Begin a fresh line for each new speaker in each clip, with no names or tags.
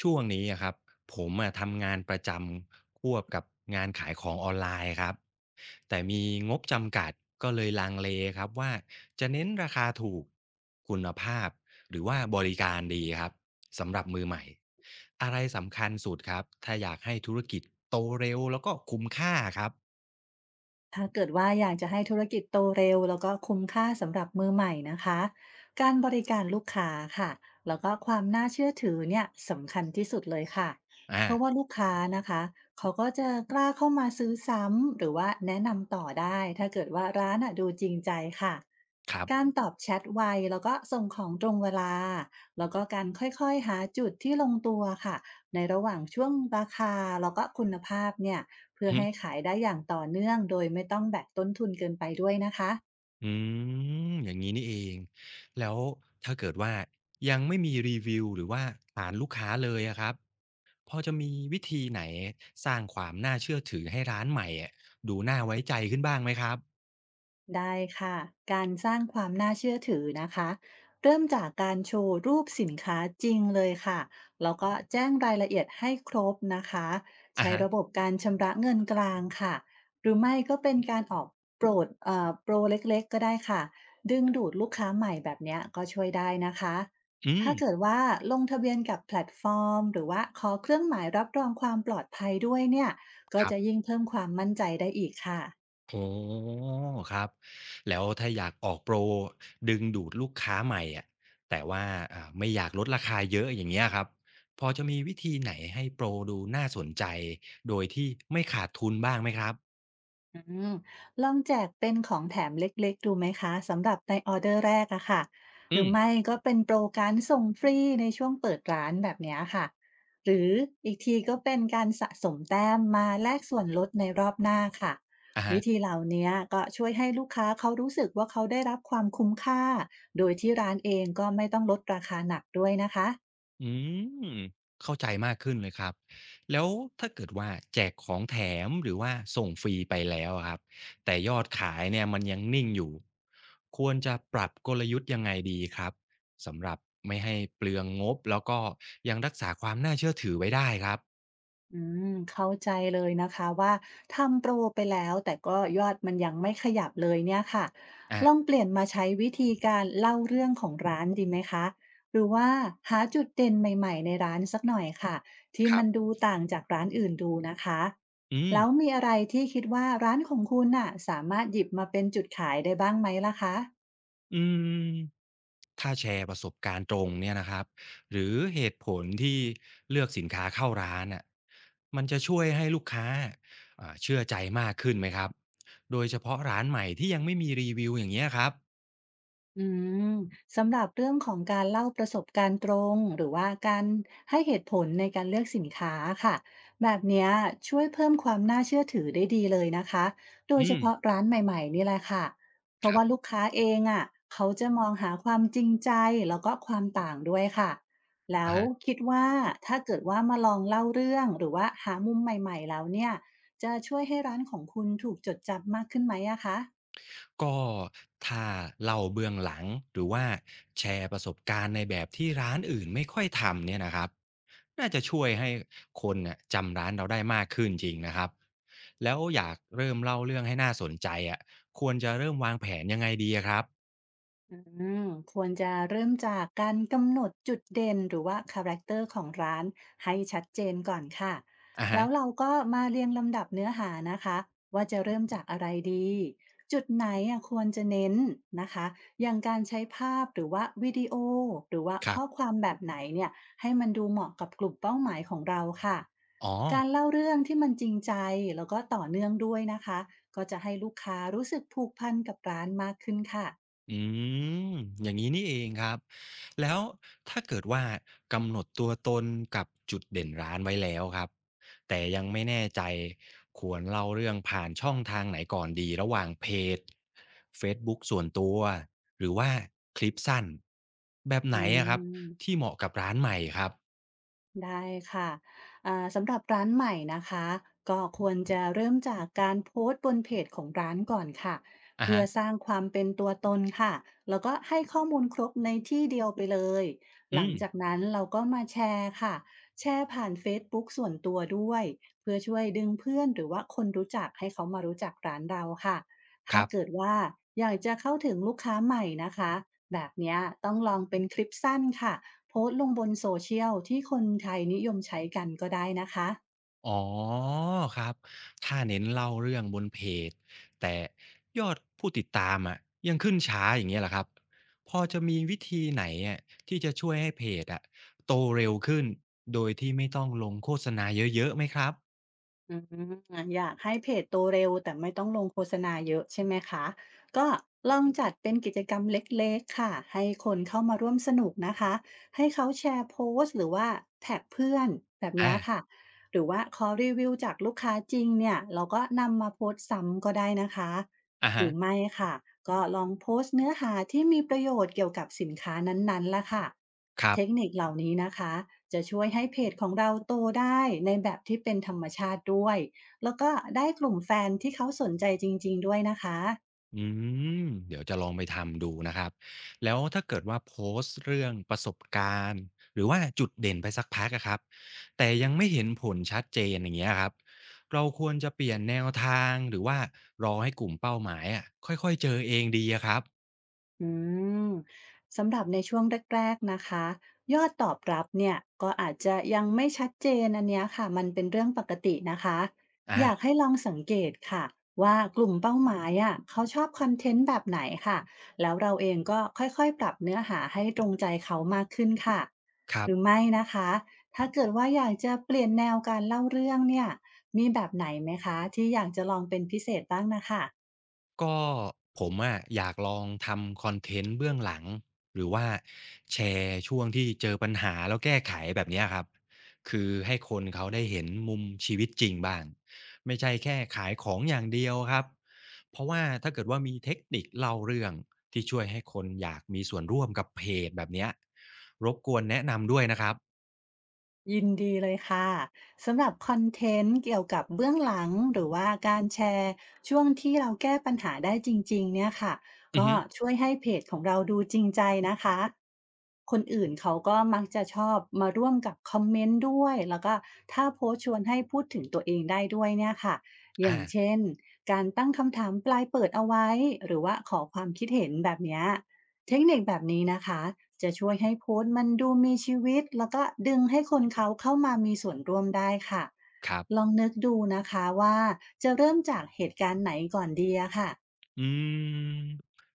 ช่วงนี้อะครับผมอะทำงานประจำควบกับงานขายของออนไลน์ครับแต่มีงบจำกัดก็เลยลังเลครับว่าจะเน้นราคาถูกคุณภาพหรือว่าบริการดีครับสำหรับมือใหม่อะไรสำคัญสุดครับถ้าอยากให้ธุรกิจโตเร็วแล้วก็คุ้มค่าครับ
ถ้าเกิดว่าอยากจะให้ธุรกิจโตเร็วแล้วก็คุ้มค่าสำหรับมือใหม่นะคะการบริการลูกค้าค่ะแล้วก็ความน่าเชื่อถือเนี่ยสำคัญที่สุดเลยค่ะเพราะว่า
อ่า
ลูกค้านะคะเขาก็จะกล้าเข้ามาซื้อซ้ำหรือว่าแนะนำต่อได้ถ้าเกิดว่าร้านอะดูจริงใจค่ะ
ครั
การ
บ
ตอบแชทไวแล้วก็ส่งของตรงเวลาแล้วก็การค่อยๆหาจุดที่ลงตัวค่ะในระหว่างช่วงราคาแล้วก็คุณภาพเนี่ย เพื่อ
อื
ให้
ม
ขายได้อย่างต่อเนื่องโดยไม่ต้องแบกต้นทุนเกินไปด้วยนะคะ
อมอย่างนี้นี่เองแล้วถ้าเกิดว่ายังไม่มีรีวิวหรือว่าฐานลูกค้าเลยอะครับ พอจะมีวิธีไหนสร้างความน่าเชื่อถือให้ร้านใหม่อะดูน่าไว้ใจขึ้นบ้างไหมครับ
ได้ค่ะการสร้างความน่าเชื่อถือนะคะเริ่มจากการโชว์รูปสินค้าจริงเลยค่ะแล้วก็แจ้งรายละเอียดให้ครบนะคะ
อะ
ใช้
ฮะ
ระบบการชำระเงินกลางค่ะหรือไม่ก็เป็นการออกโปรเล็กๆก็ได้ค่ะดึงดูดลูกค้าใหม่แบบเนี้ยก็ช่วยได้นะคะ
อืม
ถ้าเกิดว่าลงทะเบียนกับแพลตฟอร์มหรือว่าขอเครื่องหมายรับรองความปลอดภัยด้วยเนี่ยก็
ครั
จะ
บ
ยิ่งเพิ่มความมั่นใจได้อีกค่ะ
อ๋อครับ แล้วถ้าอยากออกโปรดึงดูดลูกค้าใหม่อะแต่ว่าไม่อยากลดราคาเยอะอย่างเงี้ยครับพอจะมีวิธีไหนให้โปรดูน่าสนใจโดยที่ไม่ขาดทุนบ้างไหมครับ
อืมลองแจกเป็นของแถมเล็กๆดูไหมคะสำหรับในออเดอร์แรกอะค่ะห
อื
รือ
ม
ไม่ก็เป็นโปรการส่งฟรีในช่วงเปิดร้านแบบเนี้ยค่ะหรืออีกทีก็เป็นการสะสมแต้มมาแลกส่วนลดในรอบหน้าค่ะ
อะฮะ
วิธีเหล่าเนี้ก็ช่วยให้ลูกค้าเขารู้สึกว่าเขาได้รับความคุ้มค่าโดยที่ร้านเองก็ไม่ต้องลดราคาหนักด้วยนะคะ
อืมเข้าใจมากขึ้นเลยครับแล้วถ้าเกิดว่าแจกของแถมหรือว่าส่งฟรีไปแล้วอะครับแต่ยอดขายเนี่ยมันยังนิ่งอยู่ควรจะปรับกลยุทธ์ยังไงดีครับสำหรับไม่ให้เปลืองงบแล้วก็ยังรักษาความน่าเชื่อถือไว้ได้ครับ
อืมเข้าใจเลยนะคะว่าทำโปรไปแล้วแต่ก็ยอดมันยังไม่ขยับเลยเนี่ยค่ะลอง
อ่ะ
เปลี่ยนมาใช้วิธีการเล่าเรื่องของร้านดีไหมคะหรือว่าหาจุดเด่นใหม่ๆในร้านสักหน่อยค่ะที่
ครั
มัน
บ
ดูต่างจากร้านอื่นดูนะคะ
อืม
แล้วมีอะไรที่คิดว่าร้านของคุณน่ะสามารถหยิบมาเป็นจุดขายได้บ้างไหมล่ะคะ
อืม ถ้าแชร์ประสบการณ์ตรงเนี่ยนะครับหรือเหตุผลที่เลือกสินค้าเข้าร้านน่ะมันจะช่วยให้ลูกค้าเชื่อใจมากขึ้นไหมครับโดยเฉพาะร้านใหม่ที่ยังไม่มีรีวิวอย่างเงี้ยครับ
อืมสำหรับเรื่องของการเล่าประสบการณ์ตรงหรือว่าการให้เหตุผลในการเลือกสินค้าค่ะแบบเนี้ยช่วยเพิ่มความน่าเชื่อถือได้ดีเลยนะคะโดย
อื
เฉ
ม
พาะร้านใหม่ๆนี่แหละค่ะเพ
ค
ราะ
รั
ว่าลู
บ
กค้าเองอ่ะเขาจะมองหาความจริงใจแล้วก็ความต่างด้วยค่ะแล้
อ่า
ว
ฮะ
คิดว่าถ้าเกิดว่ามาลองเล่าเรื่องหรือว่าหามุมใหม่ๆแล้วเนี่ยจะช่วยให้ร้านของคุณถูกจดจำมากขึ้นไหมอะคะ
ก็ถ้าเล่าเบื้องหลังหรือว่าแชร์ประสบการณ์ในแบบที่ร้านอื่นไม่ค่อยทำเนี่ยนะครับน่าจะช่วยให้คนน่ะจำร้านเราได้มากขึ้นจริงนะครับแล้วอยากเริ่มเล่าเรื่องให้น่าสนใจอ่ะควรจะเริ่มวางแผนยังไงดีอะครับ
อืมควรจะเริ่มจากการกำหนดจุดเด่นหรือว่าคาแรคเตอร์ของร้านให้ชัดเจนก่อนค่ะ
อ่ะ
แล้
ฮะ
วเราก็มาเรียงลำดับเนื้อหานะคะว่าจะเริ่มจากอะไรดีจุดไหนอ่ะควรจะเน้นนะคะอย่างการใช้ภาพหรือว่าวิดีโอหรือว่า
ครั
ข้อค
บ
วามแบบไหนเนี่ยให้มันดูเหมาะกับกลุ่มเป้าหมายของเราค่ะ
อ๋อ
การเล่าเรื่องที่มันจริงใจแล้วก็ต่อเนื่องด้วยนะคะก็จะให้ลูกค้ารู้สึกผูกพันกับร้านมากขึ้นค่ะ
อืมอย่างนี้นี่เองครับแล้วถ้าเกิดว่ากำหนดตัวตนกับจุดเด่นร้านไว้แล้วครับแต่ยังไม่แน่ใจควรเล่าเรื่องผ่านช่องทางไหนก่อนดีระหว่างเพจ Facebook ส่วนตัวหรือว่าคลิปสั้นแบบ
อื
ไหนอะครับที่
ม
เหมาะกับร้านใหม่ครับ
ได้ค่ะสำหรับร้านใหม่นะคะก็ควรจะเริ่มจากการโพสต์บนเพจของร้านก่อนค่ะ
อะ
เพื่อส
ฮะ
ร้างความเป็นตัวตนค่ะแล้วก็ให้ข้อมูลครบในที่เดียวไปเลยห
อื
ลัง
ม
จากนั้นเราก็มาแชร์ค่ะแชร์ผ่านเฟซบุ๊กส่วนตัวด้วยเพื่อช่วยดึงเพื่อนหรือว่าคนรู้จักให้เขามารู้จักร้านเราค่ะ
ค
ถ้า
รับ
เกิดว่าอยากจะเข้าถึงลูกค้าใหม่นะคะแบบเนี้ยต้องลองเป็นคลิปสั้นค่ะ โพสต์ลงบนโซเชียลที่คนไทยนิยมใช้กันก็ได้นะคะ
อ๋อครับถ้าเน้นเล่าเรื่องบนเพจแต่ยอดผู้ติดตามอะยังขึ้นช้าอย่างเงี้ยเหรอครับพอจะมีวิธีไหนอะที่จะช่วยให้เพจอะโตเร็วขึ้นโดยที่ไม่ต้องลงโฆษณาเยอะๆไหมครับ
อืมอยากให้เพจโตเร็วแต่ไม่ต้องลงโฆษณาเยอะใช่ไหมคะก็ลองจัดเป็นกิจกรรมเล็กๆค่ะให้คนเข้ามาร่วมสนุกนะคะให้เขาแชร์โพสต์หรือว่าแท็กเพื่อนแบบเนี้ย
อา
ค่ะหรือว่าขอรีวิวจากลูกค้าจริงเนี่ยเราก็นำมาโพสต์ซ้ำก็ได้นะคะ
อะ
หรื
ฮะ
อไม่ค่ะก็ลองโพสต์เนื้อหาที่มีประโยชน์เกี่ยวกับสินค้านั้นๆล่ะค่ะ
ครั
เท
บ
คนิคเหล่านี้นะคะจะช่วยให้เพจของเราโตได้ในแบบที่เป็นธรรมชาติด้วยแล้วก็ได้กลุ่มแฟนที่เขาสนใจจริงๆด้วยนะคะ
อืมเดี๋ยวจะลองไปทำดูนะครับแล้วถ้าเกิดว่าโพสต์เรื่องประสบการณ์หรือว่าจุดเด่นไปสักพักอะครับแต่ยังไม่เห็นผลชัดเจนอย่างเงี้ยครับเราควรจะเปลี่ยนแนวทางหรือว่ารอให้กลุ่มเป้าหมายอะค่อยๆเจอเองดีอะครับ
อืมสำหรับในช่วงแรกๆนะคะยอดตอบรับเนี่ยก็อาจจะยังไม่ชัดเจนอันเนี้ยค่ะมันเป็นเรื่องปกตินะคะอยาก
อ่ะ
ให้ลองสังเกตค่ะว่ากลุ่มเป้าหมายอ่ะเขาชอบคอนเทนต์แบบไหนค่ะแล้วเราเองก็ค่อยๆปรับเนื้อหาให้ตรงใจเขามากขึ้นค่ะ
ค
ห
รั
รือ
บ
ไม่นะคะถ้าเกิดว่าอยากจะเปลี่ยนแนวการเล่าเรื่องเนี่ยมีแบบไหนไหมคะที่อยากจะลองเป็นพิเศษบ้างนะคะ
ก็ผมอะอยากลองทำคอนเทนต์เบื้องหลังหรือว่าแชร์ช่วงที่เจอปัญหาแล้วแก้ไขแบบเนี้ยครับคือให้คนเขาได้เห็นมุมชีวิตจริงบ้างไม่ใช่แค่ขายของอย่างเดียวครับเพราะว่าถ้าเกิดว่ามีเทคนิคเล่าเรื่องที่ช่วยให้คนอยากมีส่วนร่วมกับเพจแบบเนี้ยรบกวนแนะนำด้วยนะครับ
ยินดีเลยค่ะสำหรับคอนเทนต์เกี่ยวกับเบื้องหลังหรือว่าการแชร์ช่วงที่เราแก้ปัญหาได้จริงๆเนี่ยค่ะ
อือ
ก็
ฮึ
ช่วยให้เพจของเราดูจริงใจนะคะคนอื่นเขาก็มักจะชอบมาร่วมกับคอมเมนต์ด้วยแล้วก็ถ้าโพสต์ชวนให้พูดถึงตัวเองได้ด้วยเนี่ยค่ะอย่าง
อา
เช่นการตั้งคำถามปลายเปิดเอาไว้หรือว่าขอความคิดเห็นแบบเนี้ย เทคนิคแบบนี้นะคะจะช่วยให้โพสต์มันดูมีชีวิตแล้วก็ดึงให้คนเขาเข้ามามีส่วนร่วมได้ค่ะ
ครั
ลอง
บ
นึกดูนะคะว่าจะเริ่มจากเหตุการณ์ไหนก่อนดีอะค่ะ
อืม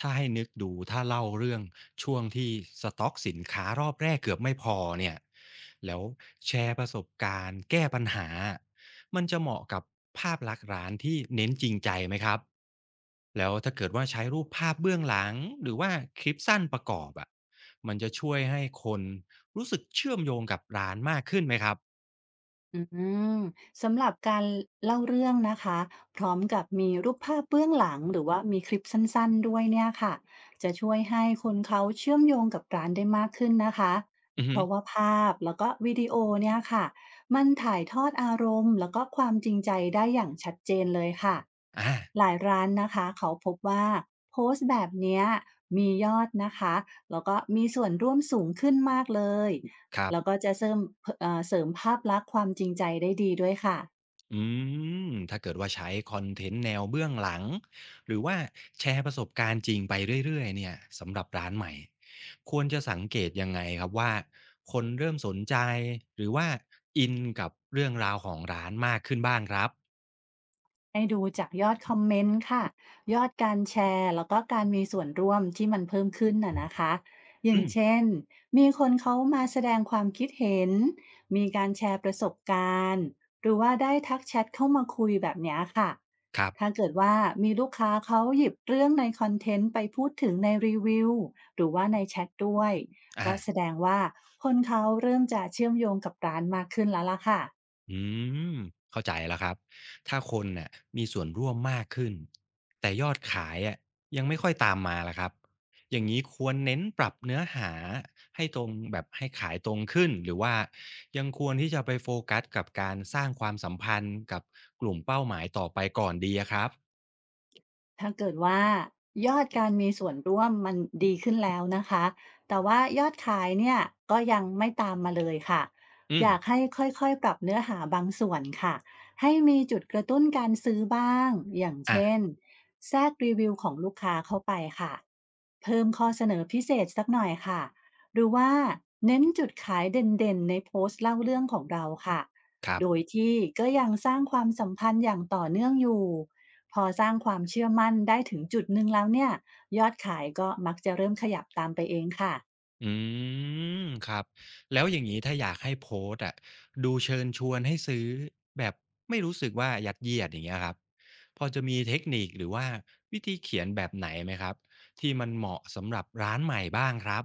ถ้าให้นึกดูถ้าเล่าเรื่องช่วงที่สต็อกสินค้ารอบแรกเกือบไม่พอเนี่ยแล้วแชร์ประสบการณ์แก้ปัญหา มันจะเหมาะกับภาพลักษณ์ร้านที่เน้นจริงใจไหมครับแล้วถ้าเกิดว่าใช้รูปภาพเบื้องหลังหรือว่าคลิปสั้นประกอบอะ่ะมันจะช่วยให้คนรู้สึกเชื่อมโยงกับร้านมากขึ้นไหมครับ
อืมสำหรับการเล่าเรื่องนะคะพร้อมกับมีรูปภาพเบื้องหลังหรือว่ามีคลิปสั้นๆด้วยเนี่ยค่ะจะช่วยให้คนเขาเชื่อมโยงกับร้านได้มากขึ้นนะคะ
อือ
เพ
ฮึ
ราะว่าภาพแล้วก็วิดีโอเนี่ยค่ะมันถ่ายทอดอารมณ์แล้วก็ความจริงใจได้อย่างชัดเจนเลยค่ะ
อ่า
หลายร้านนะคะเขาพบว่าโพสต์แบบเนี้ยมียอดนะคะแล้วก็มีส่วนร่วมสูงขึ้นมากเลย
ครั
แล้วก็
บ
จะเสริมเสริมภาพลักษณ์ความจริงใจได้ดีด้วยค่ะ
อืมถ้าเกิดว่าใช้คอนเทนต์แนวเบื้องหลังหรือว่าแชร์ประสบการณ์จริงไปเรื่อยๆเนี่ยสำหรับร้านใหม่ควรจะสังเกตยังไงครับว่าคนเริ่มสนใจหรือว่าอินกับเรื่องราวของร้านมากขึ้นบ้างครับ
ให้ดูจากยอดคอมเมนต์ค่ะยอดการแชร์แล้วก็การมีส่วนร่วมที่มันเพิ่มขึ้นน่ะนะคะอย่า
อื
ง
ม
เช่นมีคนเขามาแสดงความคิดเห็นมีการแชร์ประสบการณ์หรือว่าได้ทักแชทเข้ามาคุยแบบเนี้ยค่ะ
ครั
ถ้า
บ
เกิดว่ามีลูกค้าเขาหยิบเรื่องในคอนเทนต์ไปพูดถึงในรีวิวหรือว่าในแชทด้วย
อา
ก็แสดงว่าคนเขาเริ่มจะเชื่อมโยงกับร้านมากขึ้นแล้วล่ะค่ะ
อืมเข้าใจแล้วครับถ้าคนน่ะมีส่วนร่วมมากขึ้นแต่ยอดขายอะยังไม่ค่อยตามมาล่ะครับอย่างนี้ควรเน้นปรับเนื้อหาให้ตรงแบบให้ขายตรงขึ้นหรือว่ายังควรที่จะไปโฟกัสกับการสร้างความสัมพันธ์กับกลุ่มเป้าหมายต่อไปก่อนดีอะครับ
ถ้าเกิดว่ายอดการมีส่วนร่วมมันดีขึ้นแล้วนะคะแต่ว่ายอดขายเนี่ยก็ยังไม่ตามมาเลยค่ะ
อื
อ
ม
ยากให้ค่อยๆปรับเนื้อหาบางส่วนค่ะให้มีจุดกระตุ้นการซื้อบ้างอย่างเช่
อ่ะ
นแทรกรีวิวของลูกค้าเข้าไปค่ะเพิ่มข้อเสนอพิเศษสักหน่อยค่ะหรือว่าเน้นจุดขายเด่นๆในโพสต์เล่าเรื่องของเราค่ะ
ครั
โดย
บ
ที่ก็ยังสร้างความสัมพันธ์อย่างต่อเนื่องอยู่ พอสร้างความเชื่อมั่นได้ถึงจุดหนึ่งแล้วเนี่ยยอดขายก็มักจะเริ่มขยับตามไปเองค่ะ
อืมครับแล้วอย่างนี้ถ้าอยากให้โพสต์อะดูเชิญชวนให้ซื้อแบบไม่รู้สึกว่ายัดเยียดอย่างเงี้ยครับพอจะมีเทคนิคหรือว่าวิธีเขียนแบบไหนไหมครับที่มันเหมาะสำหรับร้านใหม่บ้างครับ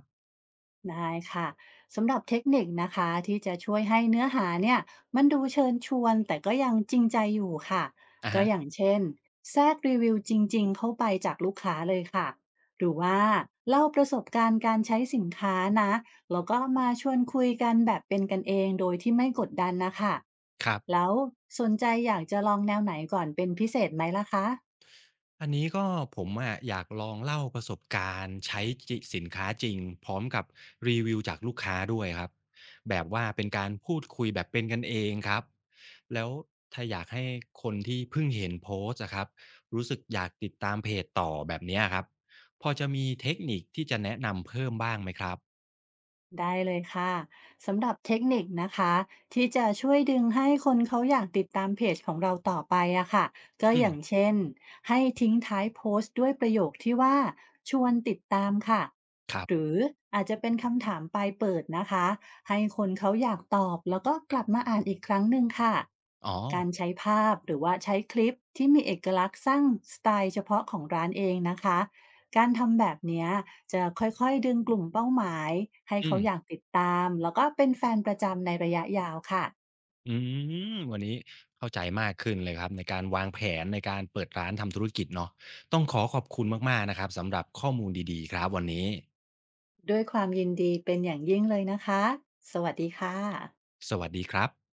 ได้ค่ะ สำหรับเทคนิคนะคะที่จะช่วยให้เนื้อหาเนี่ยมันดูเชิญชวนแต่ก็ยังจริงใจอยู่ค่ะ
อะ
ก็
ฮะ
อย่างเช่นแทรกรีวิวจริงๆเข้าไปจากลูกค้าเลยค่ะหรือว่าเล่าประสบการณ์การใช้สินค้านะแล้วก็มาชวนคุยกันแบบเป็นกันเองโดยที่ไม่กดดันนะคะ
ครับ
แล้วสนใจอยากจะลองแนวไหนก่อนเป็นพิเศษไหมล่ะคะ
อันนี้ก็ผมอะอยากลองเล่าประสบการณ์ใช้จิสินค้าจริงพร้อมกับรีวิวจากลูกค้าด้วยครับแบบว่าเป็นการพูดคุยแบบเป็นกันเองครับแล้วถ้าอยากให้คนที่เพิ่งเห็นโพสต์อะครับรู้สึกอยากติดตามเพจต่อแบบเนี้ยครับพอจะมีเทคนิคที่จะแนะนำเพิ่มบ้างไหมครับ
ได้เลยค่ะสำหรับเทคนิคนะคะที่จะช่วยดึงให้คนเขาอยากติดตามเพจของเราต่อไปอะค่ะก็
อื
อย่าง
ม
เช่นให้ทิ้งท้ายโพสต์ด้วยประโยคที่ว่าชวนติดตามค่ะ
ครั
ห
บ
รืออาจจะเป็นคำถามปลายเปิดนะคะให้คนเขาอยากตอบแล้วก็กลับมาอ่านอีกครั้งหนึ่งค่ะ
อ๋อ
การใช้ภาพหรือว่าใช้คลิปที่มีเอกลักษณ์สร้างสไตล์เฉพาะของร้านเองนะคะ การทำแบบเนี้ยจะค่อยๆดึงกลุ่มเป้าหมายให้
อื
เขาอยาก
ม
ติดตามแล้วก็เป็นแฟนประจำในระยะยาวค่ะ
อืมวันนี้เข้าใจมากขึ้นเลยครับในการวางแผนในการเปิดร้านทำธุรกิจเนาะต้องขอขอบคุณมากๆนะครับสำหรับข้อมูลดีๆครับวันนี้
ด้วยความยินดีเป็นอย่างยิ่งเลยนะคะสวัสดีค่ะ
สวัสดีครับ